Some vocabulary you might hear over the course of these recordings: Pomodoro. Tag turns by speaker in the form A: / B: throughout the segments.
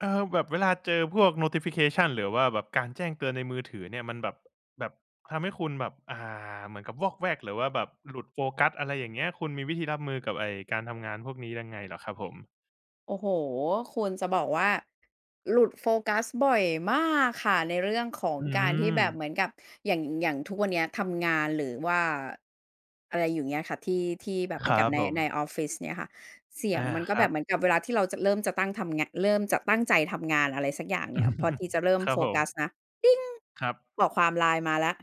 A: อแบบเวลาเจอพวก notification หรือว่าแบบการแจ้งเตือนในมือถือเนี่ยมันแบบแบบทำให้คุณแบบเหมือนกับวอกแวกหรือว่าแบบหลุดโฟกัสอะไรอย่างเงี้ยคุณมีวิธีรับมือกับไอ้การทำงานพวกนี้ยังไงเหรอครับผม
B: โอ้โฮคุณจะบอกว่าหลุดโฟกัสบ่อยมากค่ะในเรื่องของ
A: อื
B: การที่
A: ม
B: แบบเหมือนกับอย่างทุกวันเนี้ยทำงานหรือว่าอะไรอยู่เงี้ยค่ะที่แบบเห
A: ค
B: มือน
A: รั
B: กับ
A: บ
B: ใน
A: ผม
B: ในออฟฟิศเนี่ยค่ะเสียง
A: อา
B: มันก็
A: ค
B: แบ
A: รั
B: บ
A: บ
B: เหมือนกับเวลาที่เราจะเริ่มจะตั้งทำงานเริ่มจะตั้งใจทำงานอะไรสักอย่างเนี่ยพอที่จะเริ่ม
A: ครั
B: โฟ
A: บผ
B: กัส
A: ม
B: นะติ๊ง
A: ครับ
B: ข้อความ LINE มาแล้ว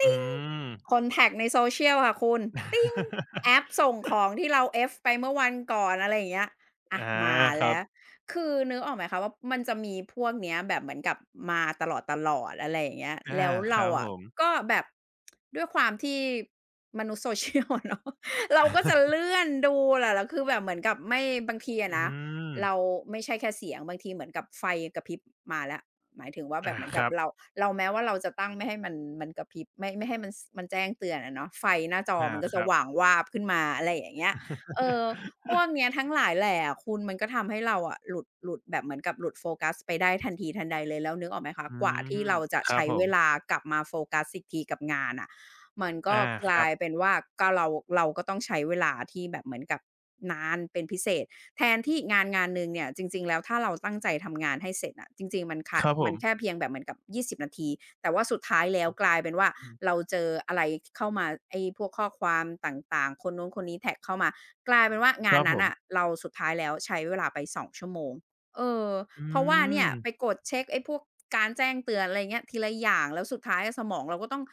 A: อื
B: ติ๊ง
A: ม
B: คอนแท็กต์ใน social ค่ะคุณติ๊ง แอปส่งของที่เรา F ไปเมื่อวันก่อนอะไรอย่างเงี้ย อ่ะ
A: อา
B: มา
A: ครั
B: แล้
A: บ
B: วคือนึกออกไหมคะว่ามันจะมีพวกเนี้ยแบบเหมือนกับมาตลอดๆอะไรอย่างเงี้ย
A: อา
B: แล้ว
A: ค
B: เรา
A: รับผ
B: อะ
A: ม
B: ก็แบบด้วยความที่มนุษย์ social อะเนาะ เราก็จะ เลื่อนดูแหละแล้วคือแบบเหมือนกับไม่บางทีอะ
A: อื
B: นะ
A: ม
B: เราไม่ใช่แค่เสียงบางทีเหมือนกับไฟกระพริบมาแล้วหมายถึงว่าแบ
A: อา
B: บเหมือน
A: ค
B: กับ
A: รับ
B: เราแม้ว่าเราจะตั้งไม่ให้มันมันกระพริบไม่ให้มันสมันแจ้งเตือนอะเนาะไฟหน้าจอ
A: อา
B: มันก็
A: ค
B: จะ
A: รั
B: ห
A: บ
B: ว่างวาบขึ้นมาอะไรอย่างเงี้ยเออ พว กเนี้ยทั้งหลายแหละคุณมันก็ทำให้เราอะหลุดแบบเหมือนกับหลุดโฟกัสไปได้ทันทีทันใดเลยแล้วนึกออกไหมคะ
A: อื
B: กว่า
A: ม
B: ที่เราจะ
A: ครับ
B: ใช้
A: ผ
B: เวลา
A: ม
B: กลับมาโฟกัสอีกทีกับงานน่ะมันก็
A: อา
B: ก
A: ครั
B: ลาย
A: บ
B: เป็นว่าก็เราเราก็ต้องใช้เวลาที่แบบเหมือนกับนานเป็นพิเศษแทนที่งานหนึ่งเนี่ยจริงๆแล้วถ้าเราตั้งใจทำงานให้เสร็จอะจริงๆ
A: ครับผ
B: มันแค่
A: ม
B: เพียงแบบเหมือนกับ20 นาทีแต่ว่าสุดท้ายแล้วกลายเป็นว่า
A: อื
B: เรา
A: ม
B: เจออะไรเข้ามาไอ้พวกข้อความต่างๆคนนู้นคนนี้แท็กเข้ามา กลายเป็นว่า
A: ค
B: งาน
A: รับผ
B: นั้น
A: ม
B: อ่ะเราสุดท้ายแล้วใช้เวลาไป2ชั่วโมงเออ
A: อื
B: เพราะว่าเนี่ย
A: ม
B: ไปกดเช็กไอ้พวกการแจ้งเตือนอะไรเงี้ยทีละอย่างแล้วสุดท้ายอะสมองเราก็ต้อง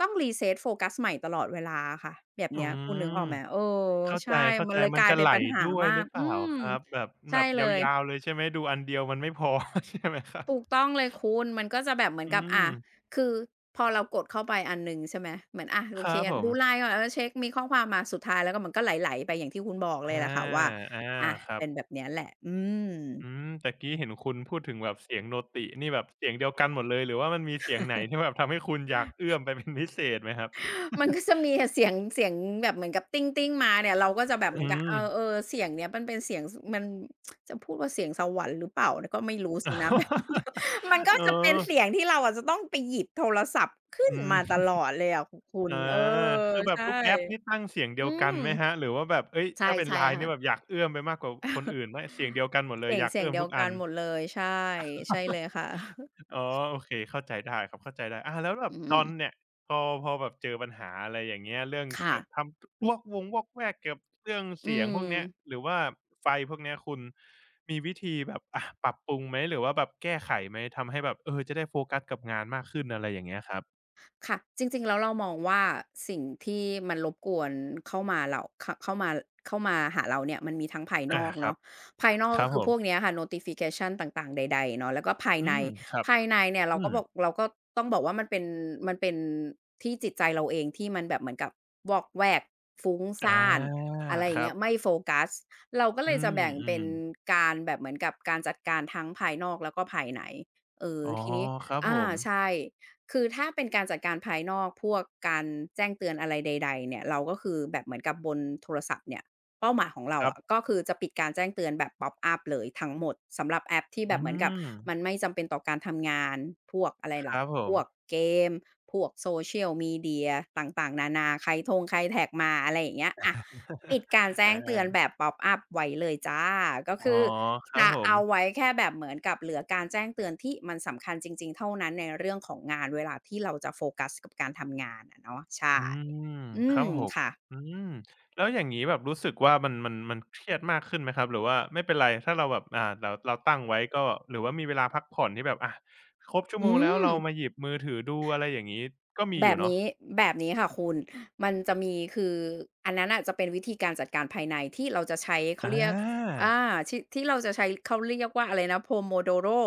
B: ต้อง reset โฟกัสใหม่ตลอดเวลาอะค่ะแบบ
A: อื
B: เนี้ยคุณนึกอ
A: ม
B: อกไหมเออ
A: เข้าใจ
B: ใช่
A: เข้า
B: มัน
A: ใจ
B: เลย
A: มั
B: ก
A: น
B: ลาย
A: จะ
B: เป็
A: ไห
B: น
A: ล
B: ปัญหา
A: ด้วย
B: มา
A: หรื
B: ก
A: อเป
B: อื
A: ล่า
B: ม
A: ครับ แบบ
B: ใช่
A: แบบ
B: เลย
A: ยาวๆเลยใช่ไหมดูอันเดียวมันไม่พอ ใช่ไหมครับ
B: ถูกต้องเลยคุณมันก็จะแบบเหมือน
A: อื
B: กับ
A: ม
B: คือพอเรากดเข้าไปอันหนึ่งใช่ไหมเหมือนอะโอ
A: ค
B: เค
A: รับผม
B: ดู LINE ก่อนเเช็กมีข้อความมาสุดท้ายแล้วก็มันก็ไหลๆไปอย่างที่คุณบอกเล
A: อา
B: ยแหละค่ะว่า
A: อา
B: อะ
A: ครั
B: เป็นแบ
A: บ
B: บเนี้ยแหละอืม
A: อืมตะกี้เห็นคุณพูดถึงแบบเสียงโนตินี่แบบเสียงเดียวกันหมดเลยหรือว่ามันมีเสียงไหนที่แบบทำให้คุณอยากเอื้อมไปเป็นพิเศษไหมครับ
B: มันก็จะมีอะเสียงแบบเหมือนกับติ๊งๆมาเนี่ยเราก็จะแบบเห
A: อื
B: มือนกับเอ
A: ม
B: อเออเสียงเนี้ยมันเป็นเสียงสมันจะพูดว่าเสียงสวรรค์หรือเปล่าก็ไม่รู้สินะ แบบ มันก็
A: เออ
B: จะเป็นเสียงที่เราอะจะต้องไปหยิบโทรศัพท์ขึ้น
A: อื
B: มาต
A: ม
B: ลอดเลยอะคคุณ
A: อา
B: เออ
A: คือแบบ
B: ใช่
A: ทุกแอปนี่ตั้งเสียงเดี
B: อื
A: ยวกั
B: ม
A: นไหมครับหรือว่าแบบเฮ้ย
B: ใช่
A: ถ้าเป็น
B: ใช่
A: LINE นี่แบบ
B: ค่ะ
A: อยากเอื้อมไปมากกว่าคนอื่นไหมเสียงเดียวกันหมดเลย
B: เสีย
A: อ
B: ง
A: ยาก
B: เสียง
A: เอื้อม
B: เดีย
A: ทุ
B: ว
A: กอั
B: กั
A: น
B: นหมดเลยใช่ใช่เลยค่ะ
A: อ๋อโอเคเข้าใจได้ครับเข้าใจได้อาแล้วแบบ
B: อื
A: ต
B: ม
A: อนเนี่ยพอแบบเจอปัญหาอะไรอย่างเงี้ยเรื่องก
B: ค่ะ
A: ทำวอกวงวอกแวกเกี่ยวกับเรื่อง
B: อื
A: เสียงพวกเนี้ย
B: ม
A: หรือว่าไฟพวกเนี้ยคุณมีวิธีแบบปรับปรุงไหมหรือว่าแบบแก้ไขไหมทำให้แบบเออจะได้โฟกัสกับงานมากขึ้นอะไรอย่างเงี้ยครับ
B: ค่ะจริงๆแล้วเรามองว่าสิ่งที่มันรบกวนเข้ามาเข้ามาเข้ามาหาเราเนี่ยมันมีทั้งภายน
A: อา
B: อก
A: ครับ
B: เนาะภายนอก
A: ครั
B: ก็
A: บ
B: คื
A: ผ
B: อพวก
A: ม
B: เนี้ยค่ะ notification ต่างๆใดๆเนาะแล้วก็ภาย
A: อื
B: ใน
A: มครับ
B: ภายในเนี่ยเรา
A: อื
B: ก็
A: ม
B: บอกเราก็ต้องบอกว่ามันเป็นที่จิตใจเราเองที่มันแบบเหมือนกับวอกแวกฟุ้งซ่าน
A: อา
B: อะไรอ
A: ค
B: ย่าง
A: รั
B: เงี้
A: บ
B: ยไม่โฟกัสเราก็เล
A: อื
B: ยจะแบ่งเป็
A: ม
B: น
A: ๆ
B: การแบบเหมือนกับการจัดการทั้งภายนอกแล้วก็ภายในเออ
A: อ๋อ
B: ทีนี้
A: ครับ
B: อา
A: ผม
B: ใช่ คือถ้าเป็นการจัดการภายนอกพวกการแจ้งเตือนอะไรใดๆเนี่ยเราก็คือแบบเหมือนกับบนโทรศัพท์เนี่ยเป้าหมายของเรา
A: ครั
B: อะ
A: บ
B: ก็คือจะปิดการแจ้งเตือนแบบ pop up เลยทั้งหมดสำหรับแอปที่
A: อื
B: แบบเหมือนกับ
A: ม
B: มันไม่จำเป็นต่อการทำงานพวกอะไร
A: ค
B: ล่ะ
A: รับผ
B: พ
A: ม
B: วกเกมพวก Social Media ต่างๆนานาใครทงใครแท็กมาอะไรอย่างเงี้ยอะ ปิ ดการแจ้ง
A: อา
B: เตือนแบบป๊อปอัปไว้เลยจ้ะก็
A: อ๋อ
B: คือ
A: ครับ
B: จะ
A: ผ
B: เอา
A: ม
B: ไว้แค่แบบเหมือนกับเหลือการแจ้งเตือนที่มันสำคัญจริงๆเท่านั้นในเรื่องของงานเวลาที่เราจะโฟกัสกับการทำงานอะเนาะใช่
A: อืม
B: อื
A: ครับ
B: ม
A: ผม
B: ค่ะ
A: อืมแล้วอย่างงี้แบบรู้สึกว่ามันเครียดมากขึ้นไหมครับหรือว่าไม่เป็นไรถ้าเราแบบเราตั้งไว้ก็หรือว่ามีเวลาพักผ่อนที่แบบครบชั่วโม
B: อื
A: งแล้ว
B: ม
A: เรามาหยิบมือถือดูอะไรอย่างงี้ก็มี
B: แบ
A: อยู่
B: บ
A: เนาะ
B: นี้แบบนี้ค่ะคุณมันจะมีคืออันนั้นน่ะจะเป็นวิธีการจัดการภายในที่เราจะใช้เขา
A: อา
B: เรียกอาที่เราจะใช้เขาเรียกว่าอะไรนะ Pomodoro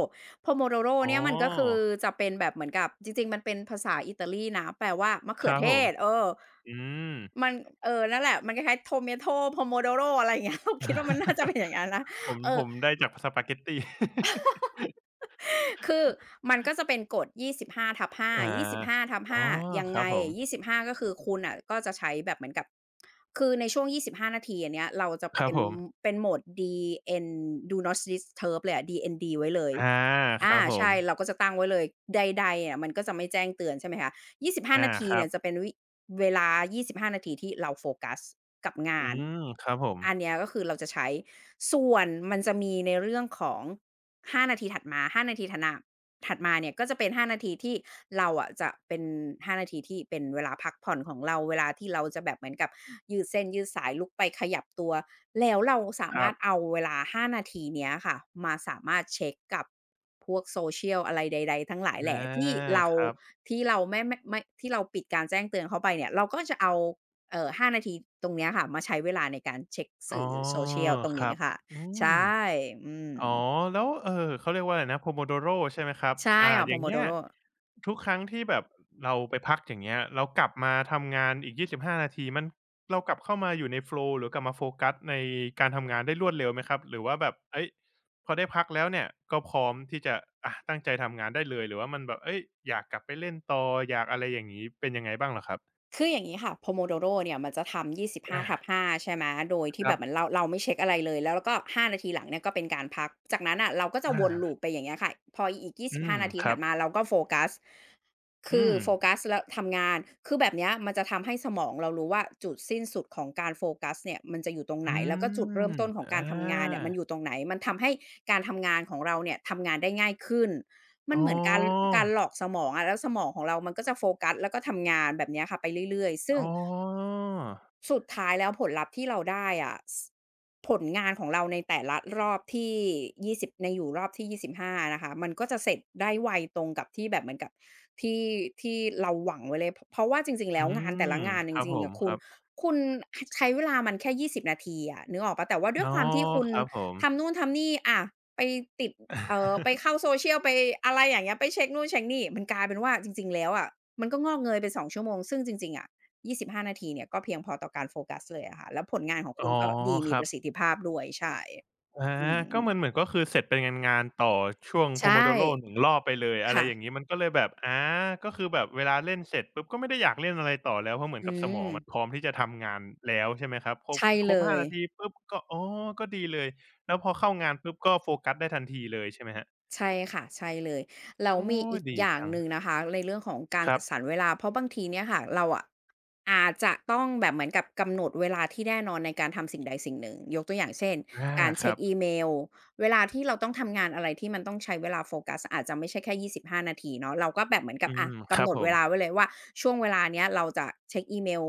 B: Pomodoro
A: อ๋อ
B: เนี่ยมันก็คือจะเป็นแบบเหมือนกับจริงๆมันเป็นภาษาอิตาลีนะแปลว่ามะ
A: ค
B: เขือ
A: รับ
B: เท
A: ผม
B: ศเออ
A: อืม
B: มันเออนั่นแหละมันคล้ายๆ tomato pomodoro อะไรอย่างเงี้ย เราคิดว่ามันน่าจะเป็นอย่างงั้นนะ
A: ผม
B: เอ
A: ผ
B: อ
A: มได้จากสปาเกตตี
B: คือมันก็จะเป็นกฎ25/5
A: อา
B: 25/5ยสิบห้าทับ
A: อ๋อ
B: ห้ายัง
A: ครั
B: ไง
A: บผม
B: 25ก็คือคุณน่ะก็จะใช้แบบเหมือนกับคือในช่วง25นาทีอันเนี้ยเราจะ
A: ครั
B: เป็
A: บ
B: น
A: ผม
B: เป็นโหมด DN Do Not Disturb เลยอะ DND ไว้เลย
A: อาค
B: อา
A: รับผม
B: ใช่เราก็จะตั้งไว้เลยใดๆอะมันก็จะไม่แจ้งเตือนใช่ไหมคะ25
A: อา
B: นาที
A: ครั
B: เนี่
A: บ
B: ยจะเป็นเวลา25นาทีที่เราโฟกัสกับ
A: อื
B: งาน
A: มครับผม
B: อันเนี้ยก็คือเราจะใช้ส่วนมันจะมีในเรื่องของห้านาทีถัดมา ถัดมาเนี่ยก็จะเป็น5นาทีที่เราอะจะเป็น5นาทีที่เป็นเวลาพักผ่อนของเราเวลาที่เราจะแบบเหมือนกับยืดเส้นยืดสายลุกไปขยับตัวแล้วเราสา
A: ครั
B: มาร
A: บ
B: ถเอาเวลา5นาทีเนี้ยค่ะมาสามารถเช็กกับพวก social อะไรใดๆทั้งหลายแห
A: อา
B: ล่ที่เรา
A: ครับ
B: ที่เราไม่ไม่ไม่ที่เราปิดการแจ้งเตือนเข้าไปเนี่ยเราก็จะเอา5นาทีตรงเนี้ยค่ะมาใช้เวลาในการเช็ก
A: อ๋อ
B: สื่อ social ตรง
A: ค
B: นี้
A: รับ
B: ค่ะ
A: อืม
B: ใช่อืม
A: อ๋อแล้วเขาเรียกว่าอะไรนะ Pomodoro ใช่ไหมครับ
B: ใช่ของ
A: อย่างเงี้ย
B: Pomodoro
A: ทุกครั้งที่แบบเราไปพักอย่างเงี้ยแล้วกลับมาทำงานอีก25นาทีมันเรากลับเข้ามาอยู่ในโฟลว์หรือกลับมาโฟกัสในการทำงานได้รวดเร็วไหมครับหรือว่าแบบเฮ้ยพอได้พักแล้วเนี่ยก็พร้อมที่จะตั้งใจทำงานได้เลยหรือว่ามันแบบเฮ้ยอยากกลับไปเล่นต่ออยากอะไรอย่างงี้เป็นยังไงบ้างเหรอครับ
B: คืออย่างนี้ค่ะ Pomodoro เนี่ยมันจะทำ
A: อา
B: 25/5ใช่ไหมโดย
A: ค
B: ที่แบ
A: รั
B: บ
A: บ
B: เหมือนเราไม่เช็กอะไรเลยแล้วเราก็5นาทีหลังเนี่ยก็เป็นการพัก จากนั้นอ่ะเราก็จะวนลู
A: อา
B: ปไปอย่างเงี้ยค่ะพออีก
A: อื
B: 25
A: ม
B: นาที
A: ค
B: ถั
A: รั
B: ด
A: บ
B: มาเราก็โฟกัส คื
A: อื
B: อ
A: ม
B: โฟกัสแล้วทำงาน คือแบบเนี้ยมันจะทำให้สมองเรารู้ว่าจุดสิ้นสุดของการโฟกัสเนี่ยมันจะอยู่ตรง
A: อื
B: ไหนแล้วก็จุดเริ่ม
A: ม
B: ต้นของกา
A: อา
B: รทำงานเนี่ยมันอยู่ตรงไหนมันทำให้การทำงานของเราเนี่ยทำงานได้ง่ายขึ้น มั
A: อ๋
B: น
A: อ
B: เหมือนการหลอกสมองอะแล้วสมองของเรามันก็จะโฟกัสแล้วก็ทำงานแบบเนี้ยค่ะไปเรื่อยๆซึ่ง
A: อ๋อ
B: สุดท้ายแล้วผลลัพธ์ที่เราได้อะผลงานของเราในแต่ละรอบที่20ในอยู่รอบที่25้านะคะมันก็จะเสร็จได้ไวตรงกับที่แบบเหมือนกับที่ที่เราหวังไว้เลยเพราะว่าจริงๆ
A: อื
B: แล้วงานแต่
A: ม
B: ละงานจ
A: ครับ
B: ริ
A: ผ
B: งๆ
A: ม
B: อะ
A: ค
B: คุณ
A: รับ
B: คุณใช้เวลามันแค่20นาทีอะนึกออกเปล่าแต่ว่าด้วย
A: อ๋อ
B: ความที่คุณ
A: ครับผม
B: ทำนู่นทำนี่อะไปติดเอ่อไปเข้า social ไปอะไรอย่างเงี้ยไปเช็กนู่นเช็กนี่มันกลายเป็นว่าจริงๆแล้วอะมันก็งอกเงยไป2 ชั่วโมงซึ่งจริงๆอะ 25นาทีเนี่ยก็เพียงพอต่อการโฟกัสเลยอะค่ะแล้วผลงานของ
A: อ๋
B: คุ
A: อ
B: ณก็ดี
A: ค
B: มี
A: รั
B: ประสิท
A: บ
B: ธิภาพด้วยใช่
A: อา
B: อื
A: ก็
B: ม
A: มันเหมือนก็คือเสร็จเป็นงานๆต่อช่วง
B: ใช่
A: Pomodoro หนึ่งรอบไปเลยอะไร
B: ค่ะ
A: อย่างงี้มันก็เลยแบบอาก็คือแบบเวลาเล่นเสร็จปุ๊บก็ไม่ได้อยากเล่นอะไรต่อแล้วเพราะเหมือ
B: อื
A: นกับสม
B: ม
A: องมันพร้อมที่จะทำงานแล้วใช่ไหมครับครบ
B: ใช่
A: คร
B: เล
A: บ5
B: ย
A: นาทีปุ๊บก็อ๋อก็ดีเลยแล้วพอเข้างานปุ๊บก็โฟกัสได้ทันทีเลยใช่ไหมครับ
B: ใช่ค่ะใช่เลยแล้ว
A: โอ้
B: มีอีก
A: ดี
B: อย่าง
A: จัง
B: หนึ่งนะคะในเรื่องของการ
A: ครั
B: จั
A: บ
B: ดสรรเวลาเพราะบางทีเนี่ยค่ะเราอะอาจจะต้องแบบเหมือนกับกำหนดเวลาที่แน่นอนในการทำสิ่งใดสิ่งหนึ่งยกตัวอย่างเช่น
A: อา
B: การ
A: ค
B: เช็
A: รั
B: ค
A: บ
B: อีเมลเวลาที่เราต้องทำงานอะไรที่มันต้องใช้เวลาโฟกัสอาจจะไม่ใช่แค่25นาทีเนาะเราก็แบบเหมือนกั
A: อื
B: บอะ
A: มค
B: กำ
A: รั
B: ห
A: บ
B: นด
A: ผ
B: เว
A: ม
B: ลาไว้เลยว่าช่วงเวลาเนี้ยเราจะเช็คอีเมล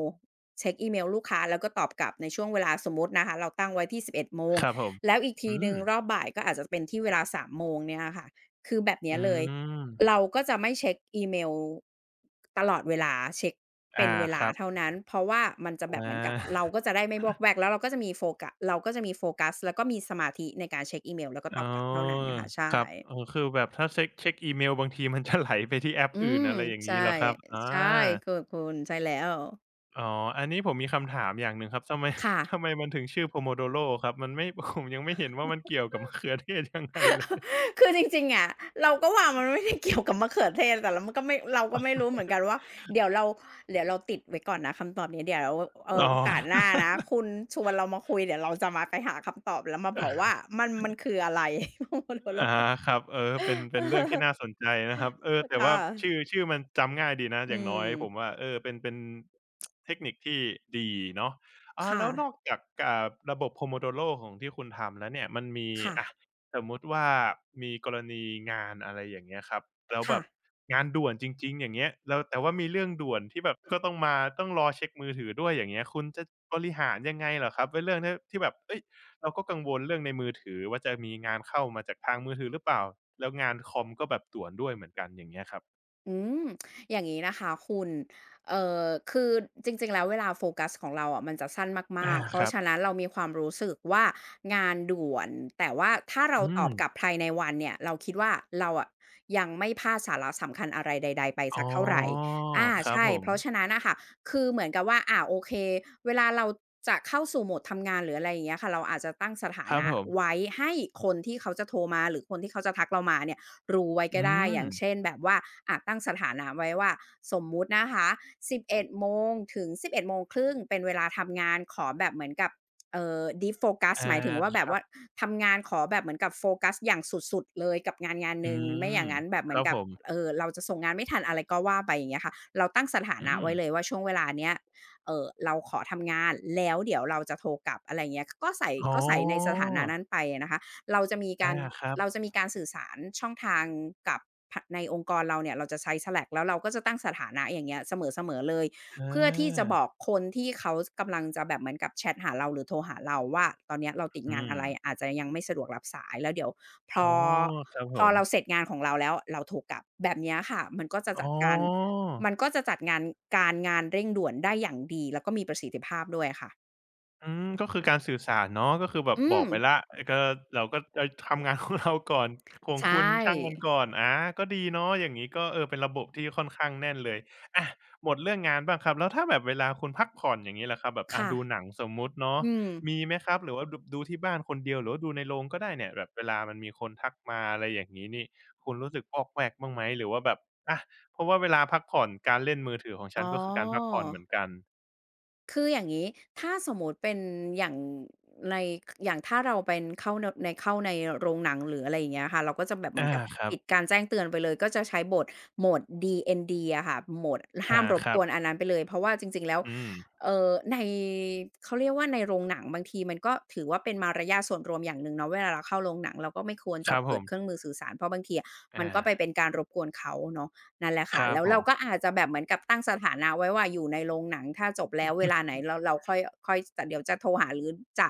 B: เช็คอีเมลลูกค้าแล้วก็ตอบกลับในช่วงเวลาสมมตินะคะเราตั้งไว้ที่11 โมง
A: ครับผม
B: แล้วอีก
A: อื
B: ทีหนึ่งรอ
A: ม
B: บบ่ายก็อาจจะเป็นที่เวลา3โมงเนี่ยค่ะคือแบบเนี้
A: อื
B: ยเลยเรา
A: ม
B: ก็จะไม่เช็กอีเมลตลอดเวลาเช็กเป็น
A: อา
B: เว
A: ค
B: ลา
A: รับ
B: เท่านั้นเพราะว่ามันจะ
A: อ
B: แบบเหมือนกับเรา
A: า
B: ก็จะได้ไม่วอกแวกแล้วเราก็จะมีโฟกัสเราก็จะมีโฟกัสแล้วก็มีสมาธิในการเช็กอีเมลแล้วก็ ตอ
A: อ๋อ
B: บกลับเท่านั้นน่ะค่ะใช่
A: ครับอ๋อคือแบบถ้าเช็กอีเมลบางทีมันจะไหลไปที่แอป
B: อื
A: อื่น
B: ม
A: อะไรอย่างงี้
B: ใช่
A: เหรอครับอา
B: ใช่ถูกคุณใช่แล้ว
A: อ๋ออันนี้ผมมีคำถามอย่างหนึ่งครับทำไม
B: ค่ะ
A: ทำไมมันถึงชื่อ Pomodoro ครับมันไม่ ผมยังไม่เห็นว่ามันเกี่ยวกับมะเขือเทศยังไงเลย
B: คือจริงๆอะเราก็ว่ามันไม่ได้เกี่ยวกับมะเขือเทศแต่เรามันก็ไม่เราก็ไม่รู้เหมือนกันว่าเดี๋ยวเราเดี๋ยวเราติดไว้ก่อนนะคำตอบนี้เดี๋ยว
A: อ๋อ
B: โอกา สหน้านะคุณชวนเรามาคุยเดี๋ยวเราจะมาไปหาคำตอบแล้วมาบอกว่ามันคืออะไร โมโนโล
A: อา
B: ก
A: ครับเออเป็นเรื่องที่น่าสนใจนะครับเออแต่ว่า
B: ค่ะ
A: ชื่อชื่อมันจำง่ายดีนะ
B: อื
A: อย่างน้อ
B: ม
A: ยผมว่าเออเป็นเทคนิคที่ดีเนาะอา
B: ค่ะ
A: แล้วนอกจากระบบ Pomodoro ของที่คุณทำแล้วเนี่ยมันมี
B: ค่ะ
A: อะสมมุติว่ามีกรณีงานอะไรอย่างเงี้ยครับแล้วแบ
B: ค่ะ
A: บงานด่วนจริงๆอย่างเงี้ยแล้วแต่ว่ามีเรื่องด่วนที่แบบก็ต้องมาต้องรอเช็กมือถือด้วยอย่างเงี้ยคุณจะบริหารยังไงเหรอครับเเรื่องที่ที่แบบเฮ้ย เราก็กังวลเรื่องในมือถือว่าจะมีงานเข้ามาจากทางมือถือหรือเปล่าแล้วงานคอมก็แบบต่วนด้วยเหมือนกันอย่างเงี้ยครับ
B: อืมอย่างนี้นะคะคุณคือจริงๆ แล้วเวลาโฟกัสของเราอะมันจะสั้น
A: อา
B: มากๆ เพ
A: ค
B: ราะ
A: รับ
B: ฉะนั้นเรามีความรู้สึกว่างานด่วน แต่ว่าถ้าเรา
A: อื
B: ตอ
A: ม
B: บกลับภายในวันเนี่ยเราคิดว่าเราอะยังไม่พลาดสาระสำคัญอะไรใดๆไป
A: อ๋
B: สั
A: อ
B: กเท่าไรอา
A: ครับ
B: ใช่
A: ผ
B: เพราะฉะ
A: ม
B: นั้นน่ะค่ะคือเหมือนกับว่าโอเคเวลาเราจะเข้าสู่โหมดทำงานหรืออะไรอย่างเงี้ยค่ะเราอาจจะตั้งสถา
A: ครับ
B: นะ
A: ผม
B: ไว้ให้คนที่เขาจะโทรมาหรือคนที่เขาจะทักเรามาเนี่ย รู้ไว้
A: อื
B: ก็ได้ อ
A: ม
B: ย่างเช่นแบบว่าจตั้งสถานะไว้ว่าสมมุตินะคะ11โมงถึง 11 โมงครึ่งเป็นเวลาทำงานขอแบบเหมือนกับdeep focus
A: อา
B: หมายถึงว่าแบ
A: ค
B: บ
A: รั
B: ว่า
A: บ
B: ทำงานขอแบบเหมือนกับโฟกัสอย่างสุดๆเลยกับงานห
A: อื
B: นึ่งไม่อ
A: ม
B: ย่างงั้นแบบเห
A: ค
B: มือ
A: รั
B: น
A: บ
B: กั
A: ผ
B: บ
A: ม
B: เราจะส่งงานไม่ทันอะไรก็ว่าไปอย่างเงี้ยค่ะเราตั้งสถา
A: อื
B: นะ
A: ม
B: ไว้เลยว่าช่วงเวลาเนี้ยเราขอทำงานแล้วเดี๋ยวเราจะโทรกลับอะไรอย่างเงี้ยก็ใส่
A: อ๋อ
B: ก็ใส่ในสถานะนั้นไปอะนะคะ เราจะมีกา
A: อา
B: ร
A: ครับ
B: เราจะมีการสื่อสารช่องทางกับพะในองค์กรเราเนี่ยเราจะใช้ Slack แล้วเราก็จะตั้งสถานะอย่างเงี้ยเสมอๆเลย
A: อ
B: เพื่อที่จะ
A: า
B: บอกคนที่เขากำลังจะแบบเหมือนกับแชตหาเราหรือโทรหาเราว่าตอนเนี้ยเราติด
A: อื
B: งาน
A: ม
B: อะไรอาจจะยังไม่สะดวกรับสายแล้วเดี๋ยวพ
A: อ๋
B: อ
A: อครับผ
B: พอ
A: ม
B: เราเสร็จงานของเราแล้วเราโทรกลับแบบเนี้ยค่ะมันก็จะจั
A: อ๋อ
B: ดการมันก็จะจัดงานการงานเร่งด่วนได้อย่างดีแล้วก็มีประสิทธิภาพด้วยค่ะ
A: อืมก็คือการสื่อสารเนาะก็คือแบบ
B: อื
A: บอ
B: ม
A: กไปแล้วก็เราก็ทำงาน ของเราก่อนของ
B: ใช
A: คุณช่างมัน
B: ่
A: ก่อนอาก็ดีเนาะอย่างงี้ก็เออเป็นระบบที่ค่อนข้างแน่นเลยอะหมดเรื่องงานบ้างครับแล้วถ้าแบบเวลาคุณพักผ่อนอย่างงี้ล่ะครับแบบอะ
B: ค่ะ
A: ดูหนังสมมุติเนาะ
B: อืม
A: มีไหมครับหรือว่าดูที่บ้านคนเดียวหรือว่าดูในโรงก็ได้เนี่ยแบบเวลามันมีคนทักมาอะไรอย่างงี้นี่คุณรู้สึกวอกแวกบ้างไหมหรือว่าแบบอะเพราะว่าเวลาพักผ่อนการเล่นมือถือของ
B: อ๋
A: ฉั
B: อ
A: นก็คือการพักผ่อนเหมือนกัน
B: คืออย่างนี้ถ้าสมมติเป็นอย่างในอย่างถ้าเราเป็นเข้าเนในเข้าในโรงหนังหรืออะไรอย่างเงี้ยค่ะเราก็จะแบบเหมือน
A: อา
B: กับ
A: ครับ
B: ปิดการแจ้งเตือนไปเลยก็จะใช้โหมด DND อะค่ะโหมด
A: อา
B: ห้ามรบ
A: ครั
B: กวนอั
A: บ
B: นนั้นไปเลยเพราะว่าจริงๆแล้ว
A: อืม
B: ในเขาเรียกว่าในโรงหนังบางทีมันก็ถือว่าเป็นมารยาทส่วนรวมอย่างหนึ่งเนาะเวลาเราเข้าโรงหนังเราก็ไม่ควร
A: ค
B: จะ
A: รับผ
B: เปิด
A: ม
B: เครื่องมือสื่อสารเพราะบางทีอะมัน
A: อา
B: ก็ไปเป็นการรบกวนเขาเนาะ นั่นแหละ
A: ค
B: ค่ะ
A: รับ
B: แล้ว
A: ผ
B: เราก็
A: ม
B: อาจจะแบบเหมือนกับตั้งสถานะไว้ว่าอยู่ในโรงหนังถ้าจบแล้วเวลาไหนเราค่อยค่อยแต่เดี๋ยวจะโทรหาหรือจะ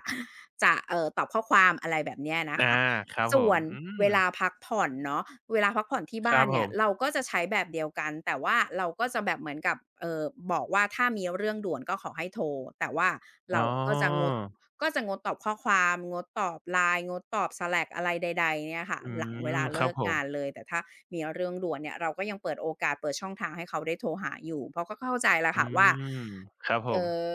B: จะตอบข้อความอะไรแบบเนี้ยนะ
A: อา
B: คะ
A: ครับผ
B: ส่ว
A: ม
B: น
A: อืม
B: เวลาพักผ่อนเนาะเวลาพักผ่อนที่
A: ค
B: บ้า
A: รั
B: น
A: บผ
B: เนี่ย
A: ม
B: เราก็จะใช้แบบเดียวกันแต่ว่าเราก็จะแบบเหมือนกับบอกว่าถ้ามีเรื่องด่วนก็ขอให้โทรแต่ว่า
A: อ๋อ
B: เราอะก็จะงดตอบข้อความงดตอบ LINE งดตอบ Slack อะไรใดๆเนี่ยค่ะ
A: อื
B: หลังเว
A: ม
B: ลา
A: ค
B: เลิ
A: รับ
B: ก
A: ผม
B: งานเลยแต่ถ้ามีเรื่องด่วนเนี่ยเราก็ยังเปิดโอกาสเปิดช่องทางให้เขาได้โทรหาอยู่เพราะก็เข้าใจแหละ
A: อื
B: ค่ะว่า
A: มครับผ
B: เอ่
A: ม
B: อ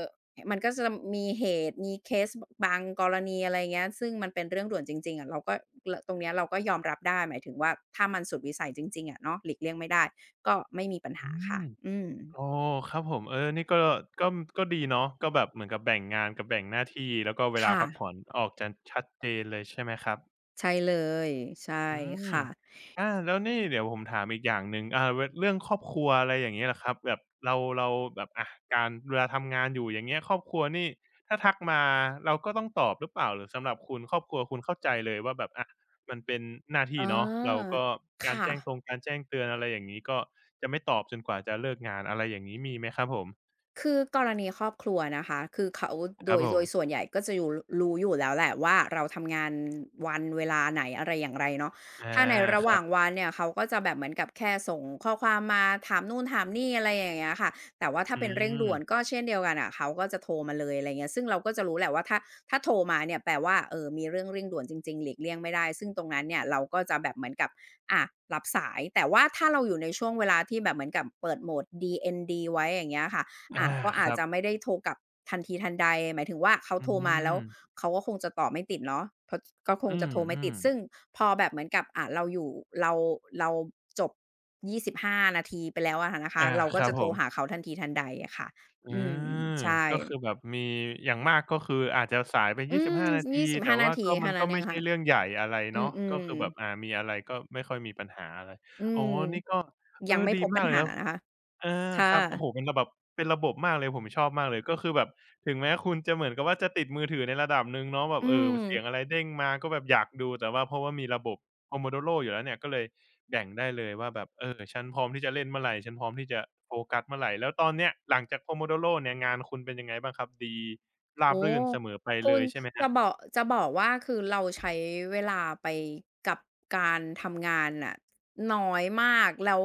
B: มันก็จะมีเหตุมีเคสบบางกรณีอะไรเงี้ยซึ่งมันเป็นเรื่องด่วนจริงๆอะเราก็ตรงเนี้ยเราก็ยอมรับได้หมายถึงว่าถ้ามันสุดวิสัยจริงๆอะเนาะหลีกเลี่ยงไม่ได้ก็ไม่มีปัญ
A: อื
B: หาค่ะ
A: ม
B: อืม
A: อ๋อครับผมเออนี่ก็ก็ก็ดีเนาะก็แบบเหมือนกับแบ่งงานกับแบ่งหน้าที่แล้วก็เวลา
B: ค่ะ
A: พักผ่อนออกจะชัดเจนเลยใช่ไหมครับ
B: ใช่เลยใช่
A: อืม
B: ค่ะ
A: อาแล้วนี่เดี๋ยวผมถามอีกอย่างหนึ่งอ่าเวเรื่องครอบครัวอะไรอย่างเงี้ยล่ะครับแบบเราแบบอะการเวลาทำงานอยู่อย่างเงี้ยครอบครัวนี่ถ้าทักมาเราก็ต้องตอบหรือเปล่าหรือสำหรับคุณครอบครัวคุณเข้าใจเลยว่าแบบอะมันเป็นหน้า
B: อ
A: ที่เนาะเรา
B: า
A: ก็การ
B: ค่ะ
A: แจ้งตรงการแจ้งเตือนอะไรอย่างงี้ก็จะไม่ตอบจนกว่าจะเลิกงานอะไรอย่างงี้มีไหมครับผม
B: คือกรณีครอบครัวนะคะคือเขา
A: ค
B: โด
A: รับ
B: ย
A: ผ
B: โดยส่ว
A: ม
B: นใหญ่ก็จะอยู่รู้อยู่แล้วแหละว่าเราทำงานวันเวลาไหนอะไรอย่างไรเนาะ
A: อา
B: ถ้าในระ
A: ค
B: ห
A: รั
B: ว่าง
A: บ
B: วันเนี่ยเขาก็จะแบบเหมือนกับแค่ส่งข้อความมาถามนู่นถามนี่อะไรอย่างเงี้ยค่ะแต่ว่าถ้า
A: อื
B: เป็นเร่งด่วน
A: ม
B: ก็เช่นเดียวกันอะเขาก็จะโทรมาเลยอะไรเงี้ยซึ่งเราก็จะรู้แหละว่าถ้าโทรมาเนี่ยแปลว่าเออมีเรื่องเร่งด่วนจริงๆหลีกเลี่ยงไม่ได้ ซึ่งตรงนั้นเนี่ยเราก็จะแบบเหมือนกับอะรับสายแต่ว่าถ้าเราอยู่ในช่วงเวลาที่แบบเหมือนกับเปิดโหมด DND ไว้อย่างเงี้ยค่ะ
A: อา
B: ก็
A: ค
B: อาจ
A: รับ
B: จะไม่ได้โทรกลับทันทีทันใดหมายถึงว่าเขา
A: อื
B: โทรมาแล้
A: ม
B: วเขาก็คงจะตอบไม่ติดเนาะเพราะก็คง
A: อื
B: จะ
A: ม
B: โทรไม่ติดซึ่งพอแบบเหมือนกับเราอยู่เราเราจบ25นาทีไปแล้วอะนะ
A: ๆ
B: คะ
A: อา
B: เรา
A: ค
B: ก็
A: รับ
B: จะ
A: ผ
B: โทร
A: ม
B: หาเขาทันทีทันใดอะค่ะ
A: อา
B: อืมใช่
A: ก็คือแบบมีอย่างมากก็คืออาจจะสายไป
B: อืม
A: 25นาทีแต่
B: 25นา
A: ว่า
B: ที
A: ก็มั
B: แค่
A: น
B: นั้
A: ก็
B: นเอ
A: ไม่
B: ง
A: ใช่
B: ค่ะ
A: เรื่องใหญ่อะไร
B: อื
A: เนาะก็
B: ม
A: คือแบบ
B: ๆ
A: อ่ามีอะไรก็ไม่ค่อยมีปัญหาอะไร
B: อื
A: อ๋อ
B: ม
A: นี่ก็เอ
B: ยั
A: อ
B: งไม่
A: ดี
B: พบ
A: มา
B: ปั
A: ก
B: ญ
A: เลย
B: หา
A: นะ
B: นะคะ
A: อา
B: ค่ะ
A: ครับโอ้โฮเป็นระบบเป็นระบบมากเลยผมชอบมากเลยก็คือแบบถึงแม้คุณจะเหมือนกับว่าจะติดมือถือในระดับหนึ่งเนาะแบบ
B: อื
A: เออ
B: ม
A: เสียงอะไรเด้งมาก็แบบอยากดูแต่ว่าเพราะว่ามีระบบ Pomodoro อยู่แล้วเนี่ยก็เลยแบ่งได้เลยว่าแบบเออฉันพร้อมที่จะเล่นเมื่อไรฉันพร้อมที่จะโฟกัสเมื่อไรแล้วตอนเนี้ยหลังจาก Pomodoro เนี่ยงานคุณเป็นยังไงบ้างครับดีราบ
B: โอ้
A: รื่นเสมอไป
B: คุ
A: เล
B: ณ
A: ยใช่ไหมครั
B: จะ
A: บ
B: บอกจะบอกว่าคือเราใช้เวลาไปกับการทำงานน่ะน้อยมากแล้ว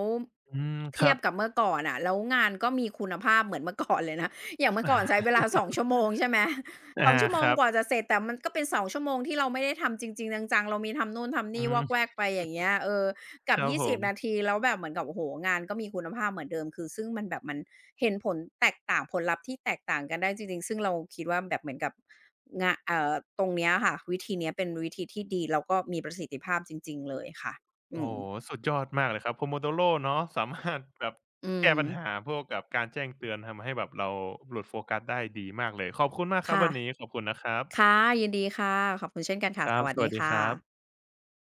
A: อืมค
B: เทีย
A: รั
B: บ
A: บ
B: กับเมื่อก่อนน่ะแล้วงานก็มีคุณภาพเหมือนเมื่อก่อนเลยนะ อย่างเมื่อก่อนใช้ เวลา2ชั่วโมงใช่ไหม
A: อา
B: 2ชั่วโม
A: ค
B: ง
A: รับ
B: กว่าจะเสร็จแต่มันก็เป็น2ชั่วโมงที่เราไม่ได้ทำจริงๆจังๆเรามีทำนู่นทำ
A: อื
B: นี่วอ
A: ม
B: กแวกไปอย่างเงี้ยเออ
A: ค
B: กับ
A: รับผ
B: 20
A: ม
B: นาทีแล้วแบบเหมือนกับโอ้โฮงานก็มีคุณภาพเหมือนเดิมคือซึ่งมันแบบมันเห็นผลแตกต่างผลลัพธ์ที่แตกต่างกันได้จริงๆซึ่งเราคิดว่าแบบเหมือนกับงะเอ่อตรงเนี้ยค่ะวิธีเนี้ยเป็นวิธีที่ดีแล้วก็มีประสิทธิภาพจริงๆเลยค่ะ
A: โอ้
B: อืม
A: โฮสุดยอดมากเลยครับ Pomodoro เนาะสามารถแบบ
B: อื
A: แก้ปัญหา
B: ม
A: พวกกับการแจ้งเตือนทำให้แบบเราหลุดโฟกัสได้ดีมากเลยขอบคุณมากครับ
B: ค่ะ
A: วันนี้ขอบคุณนะครับ
B: ค่ะยินดีค่ะขอบคุณเช่นกัน
A: ค
B: ค่ะส
A: รับ
B: วัส
A: ส
B: ดี
A: วัสดี
B: ค่
A: ครั
B: ะ
A: บ